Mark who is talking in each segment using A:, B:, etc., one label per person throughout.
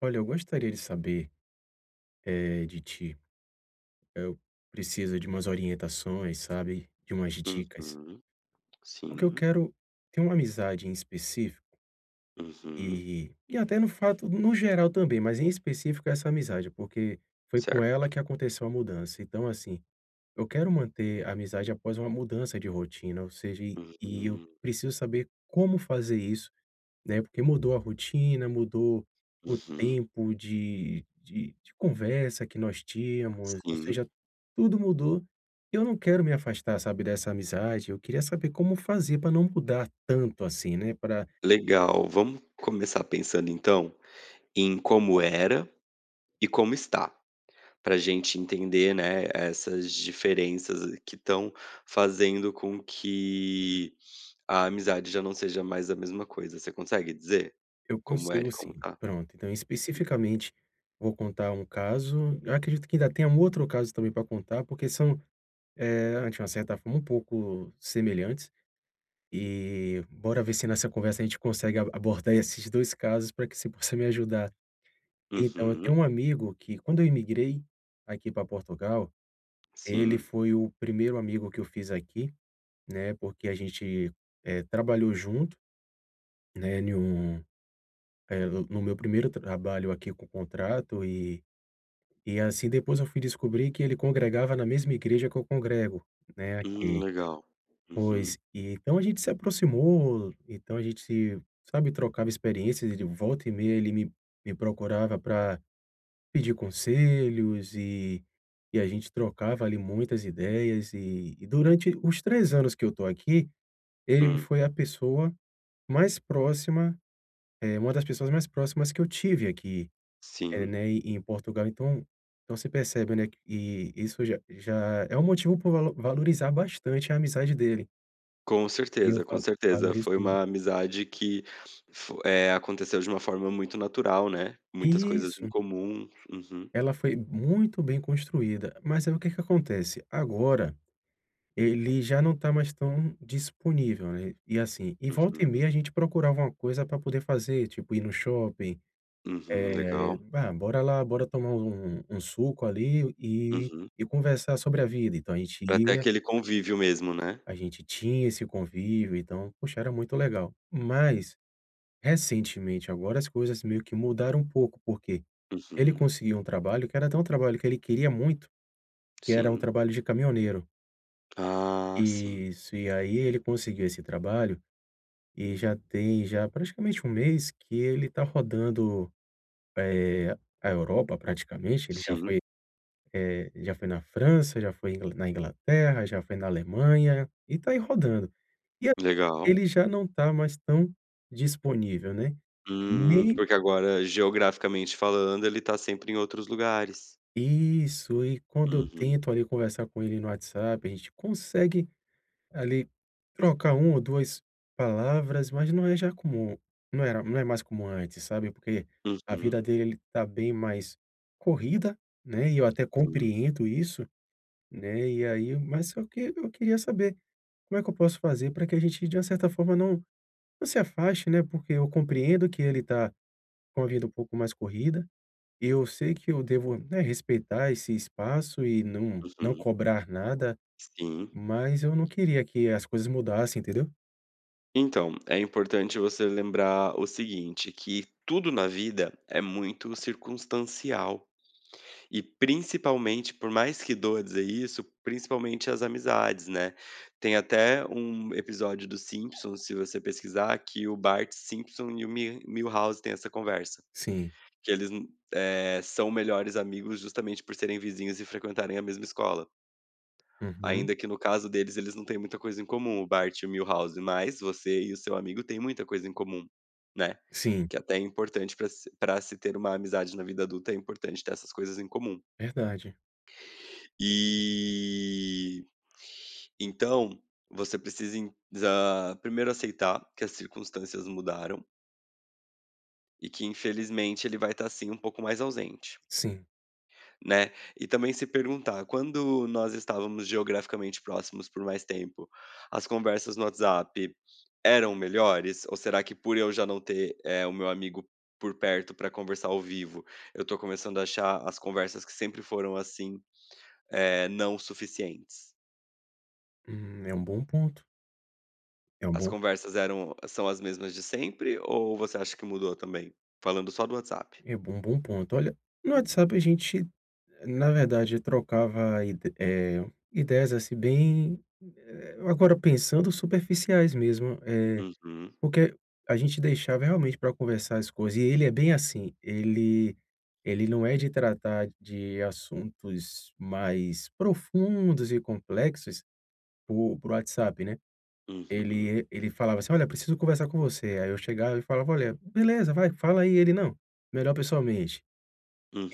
A: Olha, eu gostaria de saber, de ti, eu preciso de umas orientações, sabe, de umas dicas,
B: Uhum.
A: porque eu
B: Sim.
A: quero ter uma amizade em específico
B: Uhum.
A: e até no fato no geral também, mas em específico essa amizade, porque foi com ela
B: Certo.
A: que aconteceu a mudança. Então, assim, eu quero manter a amizade após uma mudança de rotina, ou seja, e eu
B: Uhum.
A: preciso saber como fazer isso. Né, porque mudou a rotina, mudou o
B: Uhum.
A: tempo de conversa que nós tínhamos, ou
B: Sim.
A: seja, tudo mudou. Eu não quero me afastar, sabe, dessa amizade, eu queria saber como fazer para não mudar tanto assim, né, para.
B: Legal. Vamos começar pensando, então, em como era e como está, pra gente entender, né, essas diferenças que estão fazendo com que a amizade já não seja mais a mesma coisa. Você consegue dizer
A: Eu
B: como era
A: consigo,
B: e como
A: sim.
B: tá?
A: Pronto, então, especificamente, vou contar um caso. Eu acredito que ainda tem um outro caso também para contar, porque são, de uma certa forma, um pouco semelhantes. E bora ver se nessa conversa a gente consegue a abordar esses 2 casos para que você possa me ajudar. Então, eu tenho um
B: Uhum.
A: amigo que, quando eu imigrei aqui para Portugal, ele
B: Sim.
A: foi o primeiro amigo que eu fiz aqui, né, porque a gente, trabalhou junto, né, em um no meu primeiro trabalho aqui com contrato e assim depois eu fui descobrir que ele congregava na mesma igreja que eu congrego, né, aqui.
B: Legal.
A: Pois,
B: Uhum.
A: e então a gente se aproximou, então a gente, se, sabe, trocava experiências e de volta e meia ele me procurava para pedir conselhos e a gente trocava ali muitas ideias e durante os 3 anos que eu tô aqui, ele
B: Hum.
A: foi a pessoa mais próxima, é uma das pessoas mais próximas que eu tive aqui,
B: Sim.
A: né, em Portugal, então. Então você percebe, né, que e isso já é um motivo para valorizar bastante a amizade dele,
B: Com
A: e eu
B: certeza, com
A: va
B: certeza.
A: valorizo.
B: Foi uma amizade que aconteceu de uma forma muito natural, né, muitas coisas
A: Isso,
B: em comum. Uhum,
A: ela foi muito bem construída, mas aí o que que acontece? Agora, ele já não está mais tão disponível, né, e assim, e volta e
B: uhum,
A: meia a gente procurava uma coisa para poder fazer, tipo ir no shopping,
B: uhum, legal.
A: "Ah, bora lá, bora tomar um suco ali
B: Uhum.
A: e conversar sobre a vida", então a gente
B: Pra ter
A: ia,
B: aquele convívio mesmo, né.
A: a gente tinha esse convívio, então, poxa, era muito legal. Mas, recentemente agora, as coisas meio que mudaram um pouco, porque ele
B: Uhum,
A: conseguiu um trabalho que era até um trabalho que ele queria muito, que era um
B: sim.
A: trabalho de caminhoneiro.
B: Ah, sim,
A: Isso, e aí ele conseguiu esse trabalho e já tem já praticamente um mês que ele está rodando, eh, a Europa praticamente, ele já
B: sim,
A: foi, já foi na França, já foi Ingla na Inglaterra, já foi na Alemanha e está aí rodando. E a
B: legal.
A: ele já não está mais tão disponível, né, nem
B: Porque agora geograficamente falando ele tá sempre em outros lugares.
A: isso, e quando eu
B: Uhum,
A: tento ali conversar com ele no WhatsApp, a gente consegue. Ali, trocar uma ou 2 palavras, mas não é já comum, não é mais como antes, sabe, porque a vida
B: uhum,
A: dele, ele tá bem mais corrida, né, e eu até
B: sim,
A: compreendo isso, né, e aí, mas só que eu queria saber como é que eu posso fazer para que a gente, de uma certa forma, não se afaste, né, porque eu compreendo que ele tá com a vida um pouco mais corrida, e eu sei que eu devo, né, respeitar esse espaço e não
B: uhum,
A: cobrar nada,
B: sim.
A: mas eu não queria que as coisas mudassem, entendeu?
B: Então, é importante você lembrar o seguinte, que tudo na vida é muito circunstancial. E principalmente, por mais que doa dizer isso, principalmente as amizades, né? Tem até um episódio dos Simpsons, se você pesquisar, que o Bart Simpson e o Milhouse têm essa conversa.
A: Sim.
B: Que eles são melhores amigos justamente por serem vizinhos e frequentarem a mesma escola.
A: Uhum.
B: Ainda que no caso deles, eles não têm muita coisa em comum, o Bart e o Milhouse, mas você e o seu amigo têm muita coisa em comum, né.
A: Sim,
B: Que até é importante para se pra se ter uma amizade na vida adulta, é importante ter essas coisas em comum.
A: verdade.
B: E, então, você precisa primeiro aceitar que as circunstâncias mudaram e que infelizmente ele vai estar, assim um pouco mais ausente.
A: Sim.
B: Né, e também se perguntar, quando nós estávamos geograficamente próximos por mais tempo, as conversas no WhatsApp eram melhores? Ou será que por eu já não ter o meu amigo por perto para conversar ao vivo, eu tô começando a achar as conversas que sempre foram assim não suficientes?
A: É um bom ponto. É um
B: As
A: bom,
B: conversas eram são as mesmas de sempre ou você acha que mudou também? Falando só do WhatsApp.
A: é um bom ponto. Olha, no WhatsApp a gente, na verdade, trocava ideias, assim, bem, agora pensando, superficiais mesmo,
B: Uhum,
A: porque a gente deixava realmente para conversar as coisas. E ele é bem assim, ele não é de tratar de assuntos mais profundos e complexos por WhatsApp, né.
B: uhum,
A: Ele falava assim: "Olha, preciso conversar com você". Aí eu chegava e falava: "Olha, beleza, vai, fala aí". Ele: "Não, melhor pessoalmente".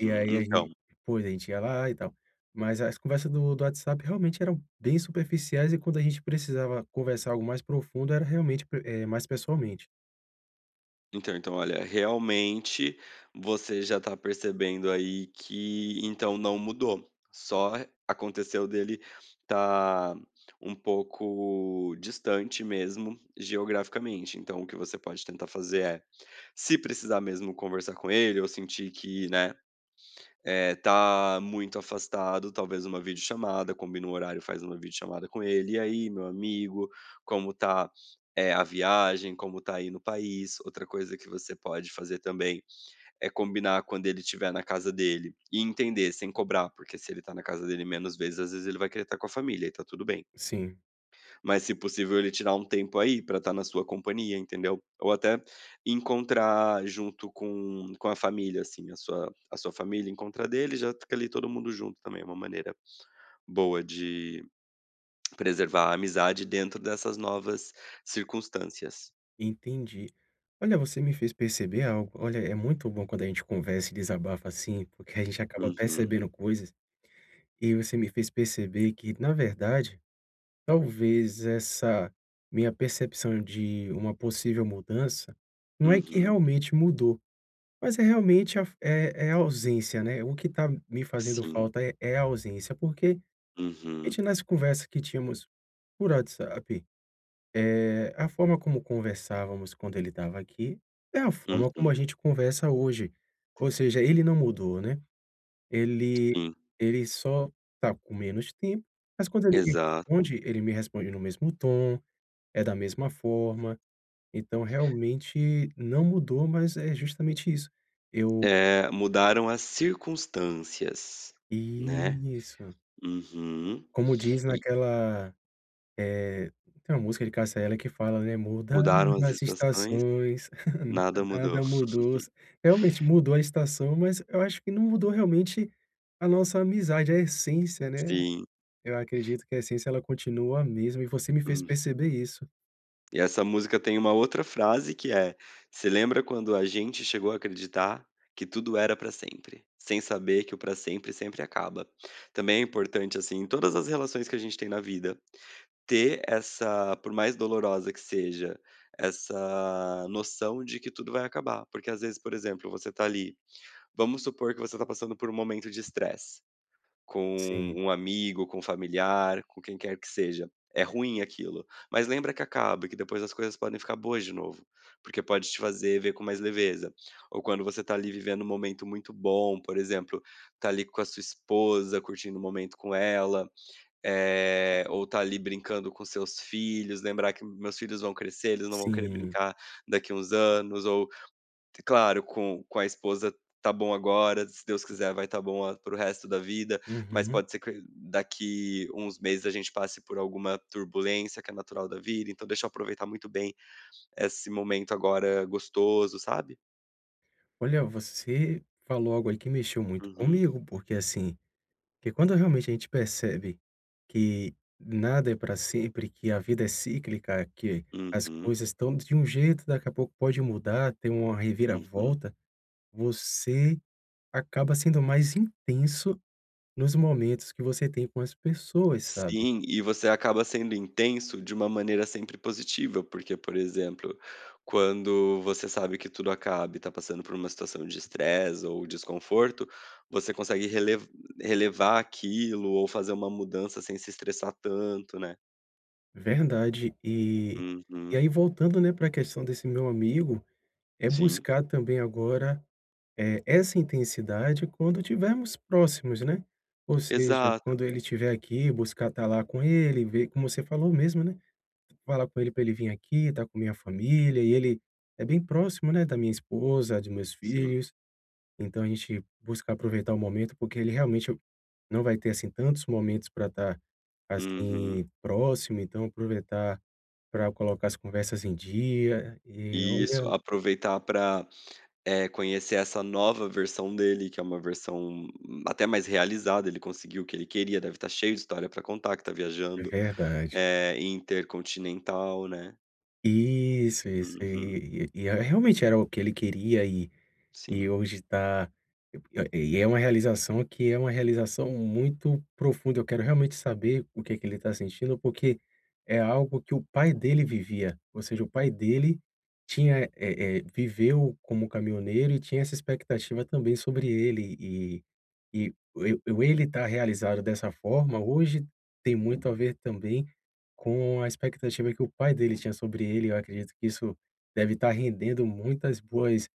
A: E aí a
B: Então
A: gente, pois, a gente ia lá e tal. Mas as conversas do WhatsApp realmente eram bem superficiais e quando a gente precisava conversar algo mais profundo era realmente, mais pessoalmente.
B: Então então, olha, realmente você já tá percebendo aí que então não mudou, só aconteceu dele tá um pouco distante mesmo geograficamente. Então o que você pode tentar fazer é, se precisar mesmo conversar com ele ou sentir que, né, é, tá muito afastado, talvez uma videochamada, combina um horário, faz uma videochamada com ele. "E aí, meu amigo, como tá, eh, a viagem? Como tá aí no país?". Outra coisa que você pode fazer também é combinar quando ele estiver na casa dele e entender, sem cobrar, porque se ele tá na casa dele menos vezes, às vezes ele vai querer estar com a família e tá tudo bem.
A: Sim,
B: Mas, se possível, ele tirar um tempo aí pra estar na sua companhia, entendeu? Ou até encontrar junto com a família, assim, a sua família, encontrar dele, já fica ali todo mundo junto também, é uma maneira boa de preservar a amizade dentro dessas novas circunstâncias.
A: entendi. Olha, você me fez perceber algo. Olha, é muito bom quando a gente conversa e desabafa assim, porque a gente acaba
B: Uhum,
A: percebendo coisas. E você me fez perceber que, na verdade. Talvez essa minha percepção de uma possível mudança, não é que
B: uhum,
A: realmente mudou, mas é realmente a é a ausência, né, o que está me fazendo
B: sim,
A: falta é a ausência, porque a
B: uhum,
A: gente, nas conversas que tínhamos por WhatsApp, é a forma como conversávamos quando ele estava aqui, é a forma como a
B: uhum,
A: gente conversa hoje. Ou seja, ele não mudou, né, ele
B: sim,
A: ele só está com menos tempo, mas quando
B: exato.
A: ele me responde no mesmo tom, é da mesma forma. Então, realmente não mudou, mas é justamente isso. Eu
B: É, mudaram as circunstâncias, né?
A: isso.
B: Uhum.
A: Como diz
B: E
A: naquela, eh, tem uma música de Cássia Eller que fala, né: "Mudaram
B: mudaram as
A: as
B: estações.
A: estações,
B: Nada mudou.
A: nada mudou". Realmente mudou a estação, mas eu acho que não mudou realmente a nossa amizade, a essência, né.
B: Sim.
A: Eu acredito que a essência ela continua a mesma e você me fez
B: Hum.
A: perceber isso.
B: E essa música tem uma outra frase que é: "Você lembra quando a gente chegou a acreditar que tudo era pra sempre, sem saber que o pra sempre sempre acaba". Também é importante, assim, em todas as relações que a gente tem na vida, ter essa por mais dolorosa que seja, essa noção de que tudo vai acabar. Porque às vezes, por exemplo, você tá ali, vamos supor que você tá passando por um momento de estresse. Com
A: Sim,
B: um amigo, com um familiar, com quem quer que seja. É ruim aquilo, mas lembra que acaba, que depois as coisas podem ficar boas de novo, porque pode te fazer ver com mais leveza. Ou quando você tá ali vivendo um momento muito bom, por exemplo, tá ali com a sua esposa, curtindo o momento com ela, eh, ou tá ali brincando com seus filhos, lembrar que meus filhos vão crescer, eles não vão querer
A: sim.
B: brincar daqui uns anos, ou claro, com a esposa tá bom agora, se Deus quiser vai tá bom a para o resto da vida, mas
A: Uhum.
B: pode ser que daqui uns meses a gente passe por alguma turbulência que é natural da vida, então deixa eu aproveitar muito bem esse momento agora gostoso, sabe.
A: Olha, você falou algo aí que mexeu muito
B: Uhum,
A: comigo, porque assim, que quando realmente a gente percebe que nada é para sempre, que a vida é cíclica, que as
B: uhum,
A: coisas estão de um jeito, daqui a pouco pode mudar, ter uma
B: uhum.
A: reviravolta, você acaba sendo mais intenso nos momentos que você tem com as pessoas, sabe?
B: Sim, e você acaba sendo intenso de uma maneira sempre positiva, porque, por exemplo, quando você sabe que tudo acaba e está passando por uma situação de estresse ou desconforto, você consegue relevar aquilo ou fazer uma mudança sem se estressar tanto, né.
A: Verdade. E
B: Uhum.
A: aí, voltando, né, para a questão desse meu amigo, é
B: Sim.
A: buscar também agora essa intensidade quando tivermos próximos, né. Ou seja,
B: Exato.
A: quando ele estiver aqui, buscar estar lá com ele, ver como você falou mesmo, né, falar com ele para ele vir aqui, estar com minha família, e ele é bem próximo, né, da minha esposa, de meus
B: Sim.
A: filhos, então a gente busca aproveitar o momento, porque ele realmente não vai ter, assim, tantos momentos para estar,
B: Uhum.
A: assim, próximo, então aproveitar para colocar as conversas em dia, e
B: Isso,
A: olha,
B: aproveitar para, é, conhecer essa nova versão dele, que é uma versão até mais realizada, ele conseguiu o que ele queria, deve estar cheio de história pra contar, que tá
A: é
B: viajando,
A: verdade.
B: eh, intercontinental, né.
A: Isso, isso.
B: Uhum,
A: E é realmente era o que ele queria e
B: sim.
A: hoje tá e é uma realização, que é uma realização muito profunda. Eu quero realmente saber o que é que ele está sentindo, porque é algo que o pai dele vivia, ou seja, o pai dele tinha, viveu como caminhoneiro e tinha essa expectativa também sobre ele e eu e ele tá realizado dessa forma hoje, tem muito a ver também com a expectativa que o pai dele tinha sobre ele. Eu acredito que isso deve estar rendendo muitas boas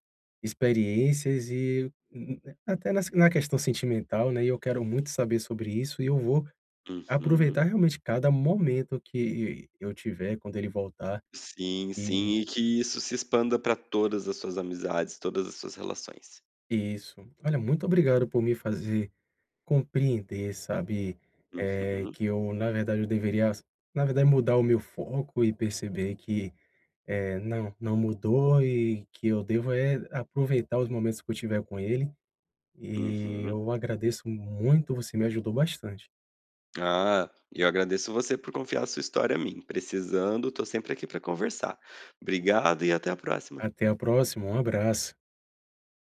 A: experiências e n até nas na questão sentimental, né, e eu quero muito saber sobre isso e eu vou
B: Uhum.
A: aproveitar realmente cada momento que eu tiver quando ele voltar.
B: Sim,
A: E
B: sim, e que isso se expanda pra todas as suas amizades, todas as suas relações.
A: isso. Olha, muito obrigado por me fazer compreender, sabe,
B: Uhum,
A: que eu, na verdade, eu deveria, na verdade, mudar o meu foco e perceber que é, não, não mudou e que eu devo é aproveitar os momentos que eu tiver com ele, e
B: uhum.
A: eu agradeço muito, você me ajudou bastante.
B: Ah, eu agradeço você por confiar sua história a mim. Precisando, tô sempre aqui pra conversar. Obrigado e até a próxima.
A: Até a próxima, um abraço.